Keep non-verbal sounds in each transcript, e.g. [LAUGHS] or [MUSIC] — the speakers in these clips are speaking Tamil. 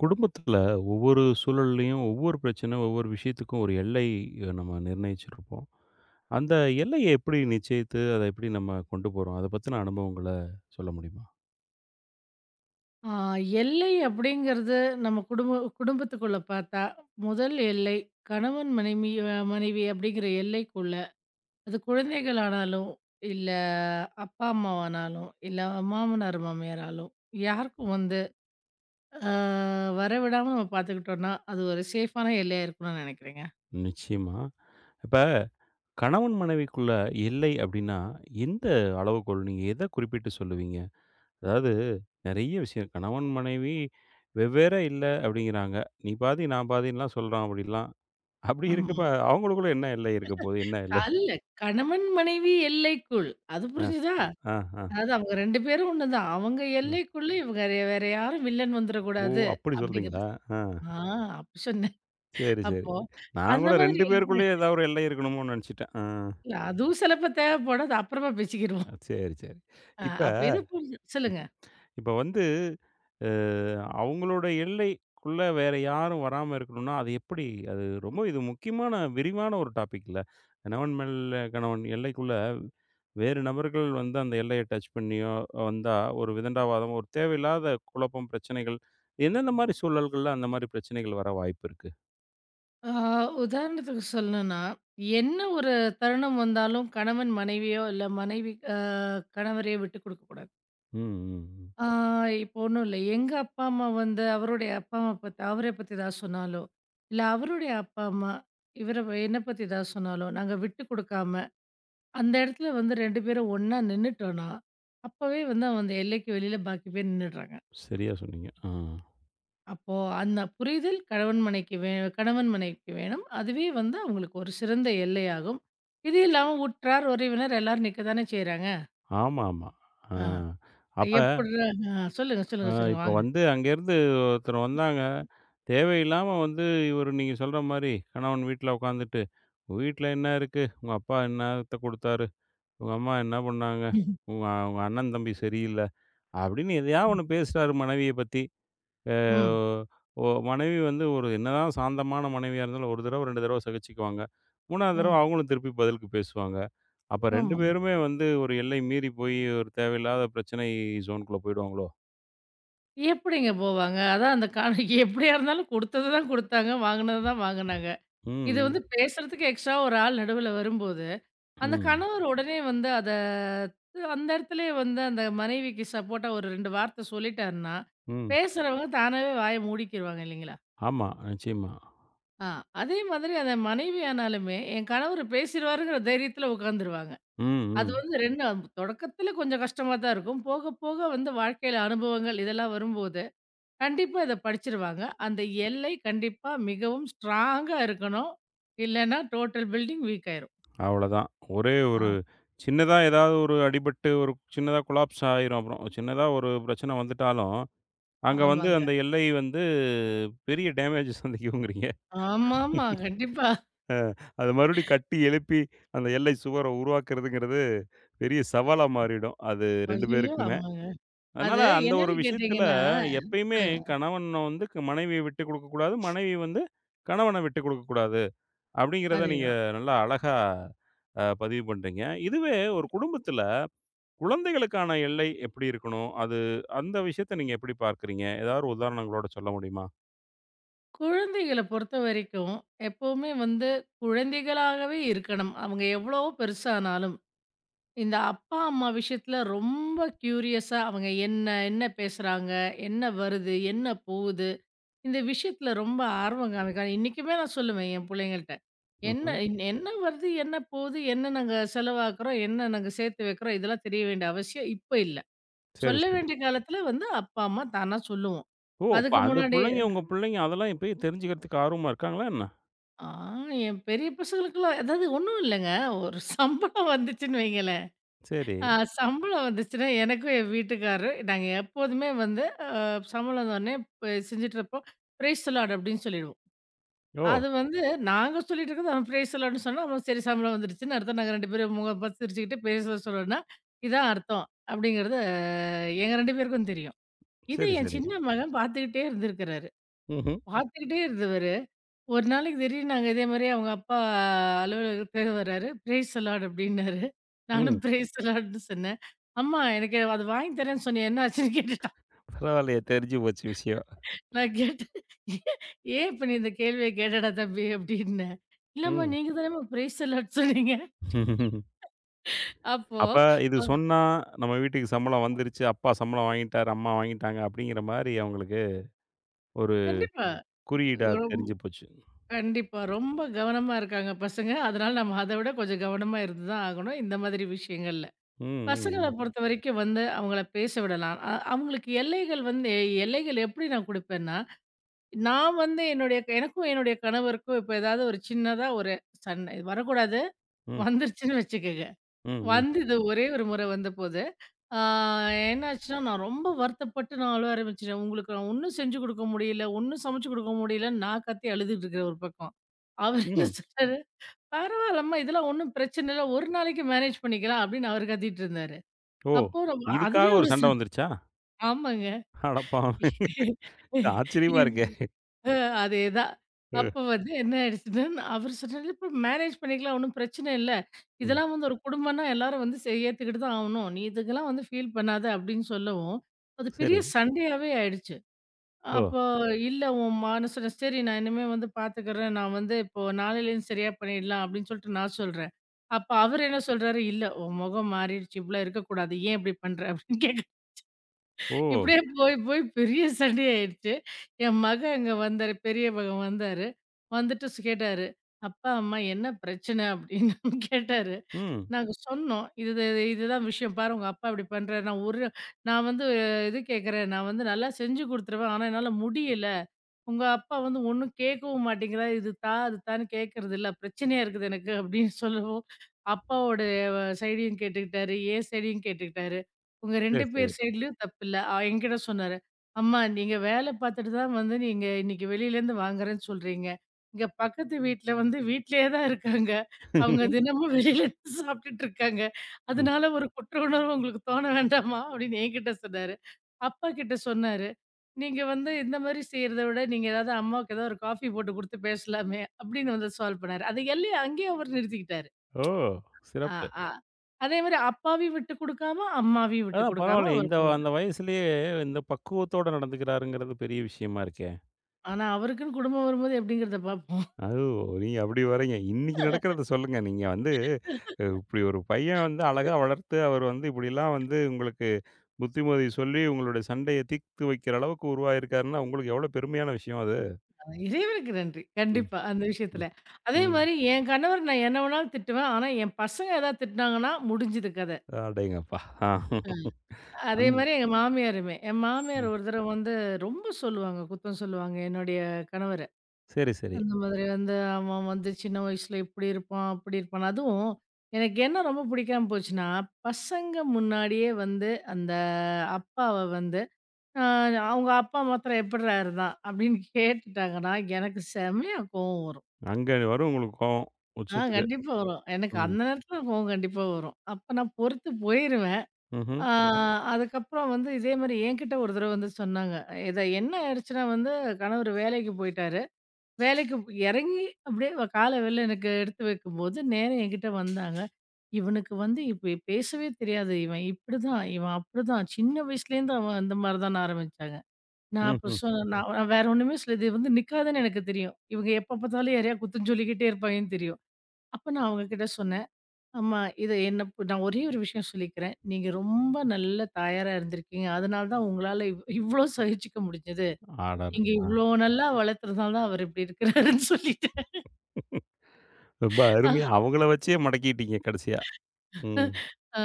குடும்பத்துல ஒவ்வொரு சூழல்லயும் ஒவ்வொரு பிரச்சனை, ஒவ்வொரு விஷயத்துக்கும் ஒரு எல்லை நம்ம நிர்ணயிச்சிருப்போம். அந்த எல்லைய எப்படி நிச்சயித்து, அத எப்படி நம்ம கொண்டு போறோம்? அத பத்தின அனுபவங்கள சொல்ல முடியுமா? ஆ, எல்லை அப்படிங்கிறது நம்ம குடும்பத்துக்குள்ள பார்த்தா, முதல் எல்லை கணவன் மனைவி அப்படிங்கிற எல்லைக்குள்ள, அது குழந்தைகள் ஆனாலும், இல்ல அப்பா அம்மாவானாலும், இல்ல மாமனார் மாமியாராலும், யாருக்கும் வந்து அ வரவிடாம நம்ம பார்த்துக்கிட்டோம்னா, அது ஒரு சேஃபான எல்லையா இருக்கணும்னு நினைக்கிறேங்க. நிச்சயமா. இப்ப கணவன் மனைவிக்குள்ள எல்லை அப்படின்னா, எந்த அளவுகோல் நீங்க எத குறிப்பிட்டு சொல்லுவீங்க? அதாவது நெறைய விஷயம் கணவன், மனைவி வெவ்வேற இல்ல அப்படிங்கிறாங்க. "நீ பாதி, நான் பாதின்லாம்" சொல்றான் அப்படிலாம். அப்படி ஆமா. இருக்கப்ப அவங்களுக்குள்ள என்ன எல்லை இருக்க போகுது? என்ன எல்லை? அல்ல கணவன் மனைவி எல்லைக்குள். அது அ, புரிஞ்சுதா? அ, அ. அதாவது அவங்க 2 பேரும் ஒண்ணுதான். அவங்க ம். எல்லைக்குள்ள இவங்க வேற வேற யாரும் வில்லன் ஓ! வந்துரக்கூடாது அப்படி அப்படிங்கிறது. சொல்றீங்களா? ஆ. ஆ அப்ப சொன்னேன். சரி, சரி. அப்போ நான் அந்த கூட மாதிரி 2 பேருக்குள்ளேயே ஏதாவது ஒரு எல்லை இருக்கணுமோன்னு நெனச்சுட்டேன். ஆ. இல்ல அதுவும் சிலப்ப தேவைப்படும். அது அப்புறமா பேசிக்கிருவோம். சரி, சரி. இப்ப அப்ப இது புரிஞ்சு சொல்லுங்க. இப்ப வந்து அ அவங்களோட எல்லைக்குள்ள வேற யாரும் வராம இருக்கணும்னா, அது எப்படி? அது ரொம்ப இது முக்கியமான, விரிவான ஒரு டாபிக்ல. கணவன் மேல் கணவன் எல்லைக்குள்ள வேறு நபர்கள் வந்து அந்த எல்லைய டச் பண்ணியோ வந்தா, ஒரு விதண்டாவாதம், ஒரு தேவையில்லாத குழப்பம், பிரச்சனைகள் எந்தெந்த மாரி சூழல்கள்ல அந்த மாரி பிரச்சனைகள் வர வாய்ப்பு இருக்கு? ஆ உதாரணத்துக்கு சொல்லணும்னா, என்ன ஒரு தருணம் வந்தாலும் கணவன் மனைவியோ, இல்ல மனைவி கணவரையோ விட்டு குடுக்கக்கூடாது. ம், ம், ம். ஆ இப்போ ஒண்ணும் இல்ல. எங்க அப்பா, அம்மா வந்து அவருடைய அப்பா, அம்மா பத்தி அவர பத்தி ஏதாவது சொன்னாலோ, இல்ல அவருடைய அப்பா, அம்மா இவர என்ன பத்தி ஏதாவது சொன்னாலோ, நாங்க விட்டு குடுக்காம அந்த இடத்துல வந்து 2 பேரும் ஒண்ணா நின்னுட்டோம்ன்னா, அப்பவே வந்து அவன் அந்த எல்லைக்கு வெளியில பாக்கி பேர் நின்னுடுறாங்க. சரியா சொன்னீங்க. ஆ. அப்போ அந்த புரிதல் கணவன் மனைக்கு வே கணவன் மனைவிக்கு வேணும். அதுவே வந்து அவங்களுக்கு ஒரு சிறந்த எல்லையாகும். இது இல்லாம உற்றார், உறவினர் எல்லாரும் நிக்க தானே செய்றாங்க. ஆமாமா. ஆ. ஆ அப்ப எப்புட்றா ஆ சொல்லுங்க, சொல்லுங்க, சொல்லுங்க. இப்ப வாங்க. வந்து அங்கேருந்து ஒருத்தர் வந்தாங்க. தேவையில்லாம வந்து இவரு நீங்க சொல்ற மாரி கணவன் வீட்ல உட்காந்துட்டு, "உங்க வீட்ல என்ன இருக்கு? உங்க அப்பா என்னத்த குடுத்தாரு? உங்க அம்மா என்ன பண்ணாங்க? [LAUGHS] உங்க உங்க அண்ணன் தம்பி சரியில்ல." அப்படின்னு எதையாவது ஒண்ணு பேசுறாரு மனைவிய பத்தி. அ ம், ஒ மனைவி வந்து ஒரு என்னதான் சாந்தமான மனைவியா இருந்தாலும், ஒரு தடவ, 2 தடவ சகிச்சுக்குவாங்க. 3வது ம். தடவ அவங்களும் திருப்பி பதிலுக்கு பேசுவாங்க. அப்ப 2 ஆமா. பேருமே வந்து ஒரு எல்லை மீறி போய் ஒரு தேவையில்லாத பிரச்சனை ஜோன்குள்ள போயிடுவாங்களோ? எப்படிங்க போவாங்க? அதான் அந்த காண [LAUGHS] எப்படியா இருந்தாலும் குடுத்தது தான் குடுத்தாங்க, வாங்குனது தான் வாங்குனாங்க. ம், இது ம், வந்து பேசுறதுக்கு எக்ஸ்ட்ரா ஒரு ஆள் நடுவுல வரும்போது அந்த ம், கணவர் உடனே வந்து அந்த இடத்துலயே வந்து அந்த மனைவிக்கு சப்போர்ட்டா ஒரு 2 வார்த்தை சொல்லிட்டாருன்னா, ம். பேசுறவங்க தானாவே வாய மூடிக்கிருவாங்க இல்லைங்களா? ஆமா, நிச்சயமா. ஆ அதே மாதிரி அந்த மனைவியானாலுமே, என் கணவர் பேசிருவாருங்கிற தைரியத்துல உட்காந்துருவாங்க. ம், அது ம். வந்து 2 தொடக்கத்துல கொஞ்சம் கஷ்டமா தான் இருக்கும். போக போக வந்து வாழ்க்கையில அனுபவங்கள் இதெல்லாம் வரும்போது, கண்டிப்பா இத படிச்சிருவாங்க. அந்த எல்லை கண்டிப்பா மிகவும் ஸ்ட்ராங்கா இருக்கணும். இல்லன்னா டோட்டல் பில்டிங் வீக் ஆயிரும். அவ்வளதான். ஒரே ஆ. ஒரு சின்னதா ஏதாவது ஒரு அடிபட்டு ஒரு சின்னதா கொலாப்ஸ் ஆயிரும் அப்புறம். சின்னதா ஒரு பிரச்சனை வந்துட்டாலும், அங்க வந்து ஆமாங்க. அந்த எல்லை வந்து பெரிய டேமேஜ் சந்திக்குங்கிறீங்க. ஆமாமா. கண்டிப்பா. அத மறுபடியும் கட்டி எழுப்பி அந்த எல்லை சுவர உருவாக்குறதுங்கிறது பெரிய சவாலா மாறிடும். அது 2 ஐயையோ! பேருக்குமே. ஆமாங்க. அதனால அது அந்த ஒரு என்னன்னு விஷயத்துல கேட்டீங்கன்னா எப்பயுமே சொல்லுங்க. கணவன் வந்து க மனைவிய விட்டுக் குடுக்கக்கூடாது. மனைவி வந்து கணவன விட்டுக் குடுக்கக்கூடாது. அப்படிங்கிறத நீங்க அதேதான். நல்லா அழகா பதிவு பண்றீங்க. இதுவே ஒரு குடும்பத்துல குழந்தைகளுக்கான எல்லை எப்படி இருக்கணும்? அது அந்த விஷயத்த நீங்க எப்படி பார்க்கிறீங்க? ஏதாவது ஒரு உதாரணங்களோட சொல்ல முடியுமா? குழந்தைகள பொறுத்தவரைக்கும், எப்பவுமே வந்து குழந்தைகளாகவே இருக்கணும். அவங்க எவ்வளவோ பெருசானாலும். இந்த அப்பா, அம்மா விஷயத்துல ரொம்ப கியூரியஸா அவங்க என்ன என்ன பேசுறாங்க? என்ன வருது? என்ன போகுது? இந்த விஷயத்துல ரொம்ப ஆர்வம் காமிக்கணும். இன்னைக்குமே நான் சொல்லுவேன் என் புள்ளைங்கள்ட்ட. என்ன ம்ஹ்ம். என்ன வருது? என்ன போகுது? என்ன நாங்க செலவாக்குறோம்? என்ன நாங்க சேர்த்து வைக்கிறோம்? இதெல்லாம் தெரிய வேண்டிய அவசியம் இப்ப இல்ல. சரி, சொல்ல சரி. வேண்டிய காலத்துல வந்து அப்பா, அம்மா தானா சொல்லுவோம். ஓ! இப்ப அதுக்கு அந்த முன்னாடி புள்ளைங்க உங்க புள்ளைங்க அதெல்லாம் இப்பயே தெரிஞ்சுக்கிறதுக்கு ஆர்வமா இருக்காங்களா என்ன? ஆ என் பெரிய பசங்களுக்கெல்லாம் அதாவது ஒண்ணும் இல்லங்க. ஒரு சம்பளம் வந்துச்சுன்னு வைங்களேன். சரி. அ சம்பளம் வந்துச்சுன்னா எனக்கும் என் வீட்டுக்காரரும் நாங்க எப்போதுமே வந்து சம்பளம் வந்தோனே செஞ்சுட்டு இருப்போம். "பிரைஸ் தி லார்ட்" அப்படின்னு சொல்லிடுவோம். ஓ! அது வந்து நாங்க சொல்லிட்டு இருக்கிறது அவன் "பிரைஸ் தி லார்ட்ன்னு" சொன்னா, அவன் சரி சம்பளம் வந்துருச்சுன்னு அர்த்தம். நாங்க 2 பேரும் முகம் பார்த்து சிரிச்சுக்கிட்டு "பிரைஸ் தி லார்ட்" சொன்னோம்னா, இதான் அர்த்தம் அப்படிங்கிறது எங்க 2 பேருக்கும் தெரியும். இதை சரி, என் சரி. சின்ன மகன் பார்த்துக்கிட்டே இருந்திருக்கிறாரு. ம்ஹ்ம். பார்த்துக்கிட்டே இருந்தவரு. ஒரு நாளைக்கு திடீர்னு நாங்க இதே மாரி அவங்க அப்பா அலுவலகத்துக்கு வர்றாரு. "பிரேஸ் தி லார்ட்" அப்டின்னாரு. நானும் ம். "பிரேஸ் தி லார்ட்ன்னு" சொன்னேன். "அம்மா எனக்கு அது வாங்கி தரேன்னு சொன்னியே என்ன ஆச்சுன்னு?" கேட்டுட்டா. பரவாயில்லையே தெரிஞ்சு போச்சு விஷயம். நான் கேட்டேன் "ஏ- "ஏன் இப்ப நீ இந்த கேள்விய கேட்டடா தம்பி" அப்டின்னேன். "இல்லம்மா ம். நீங்க தானேம்மா பிரேஸ் தி லார்ட் சொன்னீங்க." [LAUGHS] அப்போ அப்ப இது அ சொன்னா, நம்ம வீட்டுக்கு சம்பளம் வந்துருச்சு, அப்பா சம்பளம் வாங்கிட்டாரு, அம்மா வாங்கிட்டாங்க அப்படிங்கிற மாரி அவங்களுக்கு ஒரு கண்டிப்பா. குறியீடா ரொ தெரிஞ்சு போச்சு. கண்டிப்பா. ரொம்ப கவனமா இருக்காங்க பசங்க. அதனால நம்ம அத விட கொஞ்சம் கவனமா இருந்து தான் ஆகணும் இந்த மாதிரி விஷயங்கள்ல. ம், ம், பசங்கள ம், பொறுத்தவரைக்கும் வந்து அவங்கள பேச விடலாம். அவங்களுக்கு எல்லைகள் வந்து எல்லைகள் எப்படி நான் குடுப்பேன்னா, நான் வந்து எனக்கும் என்னுடைய கணவருக்கும் இப்ப ஏதாவது ஒரு சின்னதா ஒரு சண்டை இது வரக்கூடாது. ம், வந்துருச்சுன்னு வச்சுக்கங்க. ம், வந்தது ஒரே ஒரு முறை வந்தபோது, ஆ என்னாச்சுன்னா, நான் ரொம்ப வருத்தப்பட்டு நான் அழுவ ஆரம்பிச்சுட்டேன். உங்களுக்கு நான் ஒண்ணும் செஞ்சு குடுக்க முடியல, ஒண்ணும் சமைச்சு குடுக்க முடியலன்னு நான் கத்தி அழுதுட்டு இருக்கிறேன் ஒரு பக்கம். அவர் ம், என்ன ம். சொல்றாரு, "பரவாயில்லம்மா இதெல்லாம் ஒண்ணும் பிரச்சனை இல்ல. ஒரு நாளைக்கு மேனேஜ் பண்ணிக்கலாம்" அப்படின்னு அவர் கத்திட்டு இருந்தாரு. ஓ! அப்போ நம்ம இதுக்காக அதுவே ஒரு ஒரு ச சண்டை வந்துருச்சா? ஆமாங்க. அடப்பாவி! ஆச்சரியமா இது இருக்கே! அ அதேதான். ம், அப்ப வந்து என்ன ஆயிடுச்சுன்னா, அவரு சொன்னாரு, "இப்ப மேனேஜ் பண்ணிக்கலாம் ஒண்ணும் பிரச்சனை இல்ல. ம். இதெல்லாம் வந்து ஒரு குடும்பம்னா எல்லாரும் வந்து ஏத்துக்கிட்டு தான் ஆவணும். நீ இதுக்கெல்லாம் வந்து ஃபீல் பண்ணாத" அப்படின்னு சொல்லவும், அது பெரிய சரி. சண்டையாவே ஆயிடுச்சு. ஓ! அப்போ "இல்ல உன் மனசுல சரி நான் இனிமே வந்து பாத்துக்கிறேன். நான் வந்து இப்போ நாளையிலேருந்து சரியா பண்ணிடலாம்" அப்படின்னு சொல்லிட்டு நான் சொல்றேன். அப்ப அவரு என்ன சொல்றாரு, "இல்ல உன் முகம் மாறிடுச்சு. இப்படிலாம் இருக்கக்கூடாது. ஏன் இப்படி பண்ற?" அப்படின்னு கேக்குறாரு. ஓ! இப்படியே போய், போய் பெரிய சண்டையாயிடுச்சு. என் மகன் அங்க வந்தாரு. பெரிய மகன் வந்தாரு. வந்துட்டு கேட்டாரு. "அப்பா, அம்மா என்ன பிரச்சனை?" அப்படின்னு [LAUGHS] கேட்டாரு. ம். நாங்க சொன்னோம். "இது இது- இதுதான் விஷயம். பாரு உங்க அப்பா இப்படி பண்றாரு. நான் வந்து இது கேட்கிறேன். நான் வந்து நல்லா செஞ்சு குடுத்துருவேன். ஆனா என்னால முடியல." உங்க அப்பா வந்து ஒண்ணும் கேட்கவும் மாட்டேங்கிறாரு. அது தான்னு கேட்கறது இல்ல. பிரச்சனையா இருக்குது எனக்கு அப்படின்னு சொல்லவும், அப்பாவோட சைடையும் கேட்டுக்கிட்டாரு, என் சைடையும் கேட்டுக்கிட்டாரு. உங்க சரி, 2 சரி. பேர் சைடுலயும் தப்பில்ல. என்கிட்ட சொன்னாரு. அம்மா நீங்க வேலை பார்த்துட்டு தான் வந்து நீங்க இன்னைக்கு வெளியிலேருந்து வாங்குறேன்னு சொல்றீங்க. இங்க பக்கத்து வீட்ல வந்து வீட்லயே தான் இருக்காங்க. அவங்க தினமும் வெளியில இருந்து சாப்பிட்டுட்டு இருக்காங்க. ம். அதனால ஒரு குற்ற உணர்வு உங்களுக்கு தோண வேண்டாமா அப்படின்னு என்கிட்ட சொன்னாரு. அப்பா கிட்ட சொன்னாரு. நீங்க வந்து இந்த மாரி செய்றத விட, நீங்க ஏதாவது அம்மாவுக்கு ஏதாவது ஒரு காஃபி போட்டு குடுத்து பேசலாமே! அப்படின்னு வந்து சால்வ் பண்ணாரு. அது எல்லைய அங்கேயே அவரு நிறுத்திக்கிட்டாரு. ஓ! அ, சிறப்பு. அ. அதே மாரி அப்பாவையும் விட்டு குடுக்காம, அம்மாவையும் விட்டு அதான் குடுக்காம பரவாயில்லையே. அவர் இந்த போவாரு. அந்த வயசுலயே இந்த பக்குவத்தோட நடந்துக்கிறாருங்கிறது பெரிய விஷயமா இருக்கே! ஆனா அவருக்குன்னு குடும்பம் வரும்போது எப்படிங்கிறத பார்ப்போம். அது நீங்க அப்படி வரீங்க. இன்னைக்கு நடக்கிறத சொல்லுங்க. நீங்க வந்து இப்படி ஒரு பையன் வந்து அழகா வளர்த்து, அவர் வந்து இப்படிலாம் வந்து உங்களுக்கு புத்திமதி சொல்லி, உங்களுடைய சண்டைய தீர்த்து வைக்கிற அளவுக்கு உருவாகியிருக்காருன்னா, உங்களுக்கு எவ்வளோ பெருமையான விஷயம் அது. இறைவனுக்கு நன்றி. ம், கண்டிப்பா அந்த ம், விஷயத்துல. அதே ம். மாரி என் கணவர் நான் என்ன வேணாலும் திட்டுவேன். ஆனா என் பசங்க ஏதாவது திட்டுனாங்கன்னா முடிஞ்சுது கத. அடேங்கப்பா! ஆ அதே அந்த மாரி எங்க மாமியாருமே. என் மாமியார் ம். ஒரு தடவ வந்து ரொம்ப சொல்லுவாங்க, குத்தம் சொல்லுவாங்க என்னுடைய கணவர. சரி, சரி. அந்த மாதிரி வந்து அவன் வந்து சின்ன வயசுல இப்படி இருப்பான், அப்படி இருப்பான். அதுவும் எனக்கு என்ன ரொம்ப பிடிக்காம போச்சுன்னா, பசங்க முன்னாடியே வந்து அந்த அப்பாவ வந்து, அ அவங்க அப்பா மாத்திரம் எப்புட்றா இருந்தான்? அப்படின்னு கேட்டுட்டாங்கன்னா, எனக்கு செமையா கோவம் வரும். அங்க வரும் உங்களுக்கு கோவம் ஆ உச்சத்துக்கு. கண்டிப்பா வரும். எனக்கு ம். அந்த நேரத்துல கோவம் கண்டிப்பா வரும். அப்ப நான் பொறுத்து போயிருவேன். ம்ஹ்ம். ஆ அதுக்கப்புறம் வந்து இதே மாரி என்கிட்ட ஒரு தடவ வந்து சொன்னாங்க. இத என்ன ஆயிடுச்சுன்னா வந்து, கணவர் வேலைக்கு போயிட்டாரு. வேலைக்கு இறங்கி அப்படியே கால வெளில எனக்கு எடுத்து வைக்கும்போது, நேரா என்கிட்ட வந்தாங்க. "இவனுக்கு வந்து இப்ப பேசவே தெரியாது. இவன் இப்படிதான், இவன் அப்படிதான். சின்ன வயசுலேருந்து அவன் அந்த மாரி தான்னு" ஆரம்பிச்சாங்க. நான் அப்ப ம்ஹ்ம். சொன்னேன் ம். நான் நான் வேற ஒண்ணுமே சொல்லல. இது வந்து நிக்காதுன்னு எனக்கு தெரியும். இவங்க எப்ப பார்த்தாலும் யாரையா குத்தம் சொல்லிக்கிட்டே இருப்பாங்கன்னு தெரியும். அப்ப நான் அவங்ககிட்ட சொன்னேன், "அம்மா இத என்ன நான் ஒரே ஒரு விஷயம் சொல்லிக்கிறேன். நீங்க ரொம்ப நல்ல தாயாரா இருந்திருக்கீங்க. அதனால தான் உங்களால இவ்ளோ சகிச்சுக்க முடிஞ்சது. அடடா! நீங்க ஆ. இவ்ளோ நல்லா வளர்த்ததுனால தான் அவர் இப்படி இருக்கிறாருன்னு" சொல்லிட்டேன். ரொம்ப அருமையா அவங்கள வச்சே மடக்கிட்டீங்க கடைசியா. ம். ஆ.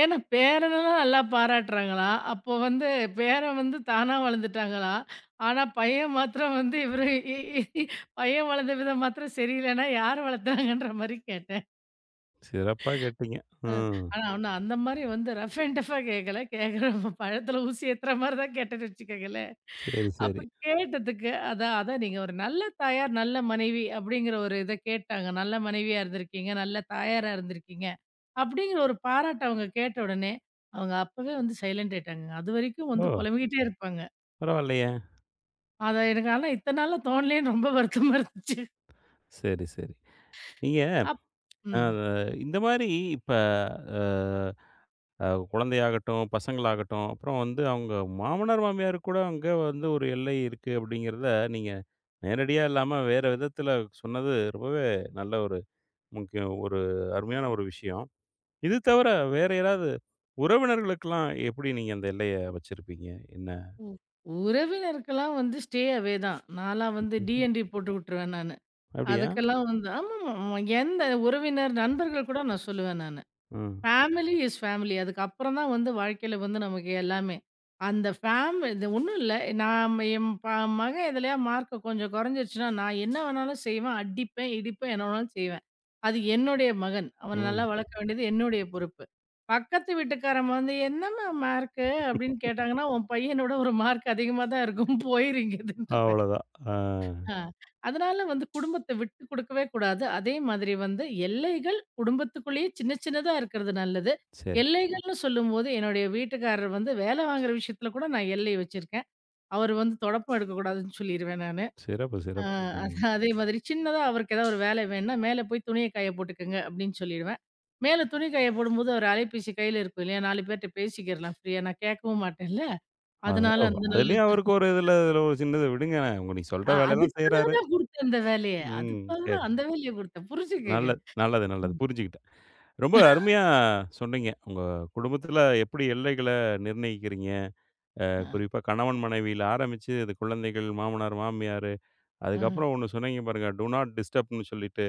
ஏன்னா பேரனெல்லாம் நல்லா பாராட்டுறாங்களாம். அப்போ வந்து பேரன் வந்து தானா வளர்ந்துட்டாங்களாம். ஆனா பையன் மாத்திரம் வந்து இவரு இ இ பையன் வளர்ந்த விதம் மாத்திரம் சரியில்லன்னா யார் வளர்த்தாங்கன்ற மாரி கேட்டேன். சிறப்பா கேட்டீங்க. ம். ஆனா, இன்னும் அந்த மாரி வந்து ரஃப் அண்ட் டஃப்பா கேட்கல. கேட்குற பழத்தில ஊசி ஏத்துற மாரி தான் கேட்டேன்னு வச்சுக்கங்களேன். சரி, அப்ப சரி. கேட்டதுக்கு அதான் அதான் நீங்க ஒரு நல்ல தாயார், நல்ல மனைவி அப்படிங்கிற ஒரு இத கேட்டாங்க. நல்ல மனைவியா இருந்திருக்கீங்க, நல்ல தாயாரா இருந்திருக்கீங்க. அப்படிங்கிற ஒரு பாராட்ட அவங்க கேட்ட உடனே, அவங்க அப்பவே வந்து சைலண்ட் ஆயிட்டாங்கங்க. அதுவரைக்கும் வந்து ஓ! புலம்பிக்கிட்டே இருப்பாங்க. பரவாயில்லையே! அத எனக்கு ஆனா இத்தன நாளா தோணலேன்னு ரொம்ப வருத்தமா இருந்துச்சு. சரி, சரி. நீங்க அப் அ ம். இந்த மாரி இப்ப அ அ குழந்தையாகட்டும், பசங்களாகட்டும், அப்புறம் வந்து அவங்க மாமனார், மாமியார் கூட அங்க வந்து ஒரு எல்லை இருக்கு அப்படிங்கிறத நீங்க நேரடியா இல்லாம வேற விதத்தில சொன்னது ரொம்பவே நல்ல ஒரு முக்கியம் ஒரு அருமையான ஒரு விஷயம். இது தவிர வேற யாராவது உறவினர்களுக்கெல்லாம் எப்படி நீங்க அந்த எல்லைய வச்சிருப்பீங்க? என்ன? உ உறவினருக்கெல்லாம் வந்து ஸ்டே அவே தான். நான்லாம் வந்து டி ம்ஹ்ம். அண்ட் டி போட்டு விட்டுருவேன் நானு. அப்படியா? அதுக்கெல்லாம் வந்து ஆமாமா. எந்த உறவினர், நண்பர்கள் கூட நான் சொல்லுவேன் நானு. ம், ஃபேமிலி இஸ் ஃபேமிலி. அதுக்கப்புறம் தான் வந்து வாழ்க்கையில வந்து நமக்கு எல்லாமே. அந்த ஃபேம் இது ஒண்ணும் இல்ல. நான் என் ப மகன் எதுலயா மார்க் கொஞ்சம் குறைஞ்சிருச்சுன்னா, நான் என்ன வேணாலும் செய்வேன். அடிப்பேன், இடிப்பேன், என்ன வேணாலும் செய்வேன். அது என்னுடைய மகன். அவன ம். நல்லா வளர்க்க வேண்டியது என்னுடைய பொறுப்பு. பக்கத்து வீட்டுக்காரங்க வந்து, "என்னம்மா மார்க்கு?" அப்படின்னு கேட்டாங்கன்னா, "உன் பையனோட ஒரு மார்க் அதிகமா தான் இருக்கும். போயிரு இங்கேருந்துன்றுவேன்." அவ்வளோதான். ஆ ஆ. அதனால வந்து குடும்பத்த விட்டு குடுக்கவே கூடாது. அதே மாதிரி வந்து எல்லைகள் குடும்பத்துக்குள்ளேயே சின்ன சின்னதா இருக்கிறது நல்லது. சரி. எல்லைகள்னு சொல்லும்போது, என்னுடைய வீட்டுக்காரர் வந்து வேலை வாங்குற விஷயத்துல கூட நான் எல்லை வச்சிருக்கேன். அவரு வந்து தொடப்பம் எடுக்கக்கூடாதுன்னு சொல்லிருவேன் நானு. சிறப்பு, ஆ சிறப்பு. ம். அதே மாதிரி சின்னதா அவருக்கு ஏதாவது ஒரு வேலை வேணும்னா, "மேல போய் துணிய காய போட்டுக்கங்க" அப்படின்னு சொல்லிடுவேன். மேல துணி காய போடும்போது அவர் அலைபேசி கையில இருக்கும் இல்லையா? 4 பேர்ட்ட பேசிக்கிறலாம் ஃப்ரீயா. நான் கேட்கவும் மாட்டேன்ல. அது அதனால ஓ! அந்த நல்ல அதுலயும் அவருக்கு ஒரு இதுல இதுல ஒரு சின்னது விடுங்க. உங்க நீங்க ஆ சொல்ற வேலையெல்லாம் அதுக்காக செய்றாரு. தான் குடுத்தேன் அந்த வேலைய. ம். அதுக்காக சரி, தான் அந்த சரி. வேலைய குடுத்தேன். புரிஞ்சுக்கங்க. நல்லது, நல்லது, நல்லது. புரிஞ்சுக்கிட்டேன். ரொம்ப அருமையா சொன்னீங்க. உங்க குடும்பத்துல எப்படி எல்லைகள நிர்ணயிக்கிறீங்க? அ. குறிப்பா கணவன் மனைவியில ஆரம்பிச்சு, அது குழந்தைகள், மாமனார், மாமியாரு, அஹ. அதுக்கப்புறம் ஒண்ணு சொன்னீங்க பாருங்க. டூ நாட் டிஸ்டர்ப்ன்னு சொல்லிட்டு,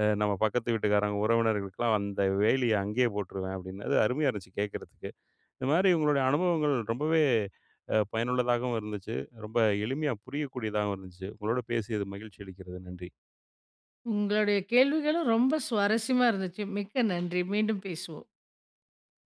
நம்ம பக்கத்து வீட்டுக்காரங்க, உறவினர்களுக்கெல்லாம் அந்த வேலிய அங்கேயே போட்டுருவேன் அப்படின்னு. அது அருமையா இருந்துச்சு கேட்கறதுக்கு. இந்த மாதிரி உங்களுடைய அனுபவங்கள் ரொம்பவே பயனுள்ளதாகவும் இருந்துச்சு. ரொம்ப எளிமையா புரியக்கூடியதாகவும் இருந்துச்சு. உங்களோட பேசியது மகிழ்ச்சி அளிக்கிறது. நன்றி. உங்களுடைய கேள்விகளும் ரொம்ப சுவாரஸ்யமா இருந்துச்சு. மிக்க நன்றி. மீண்டும் பேசுவோம்.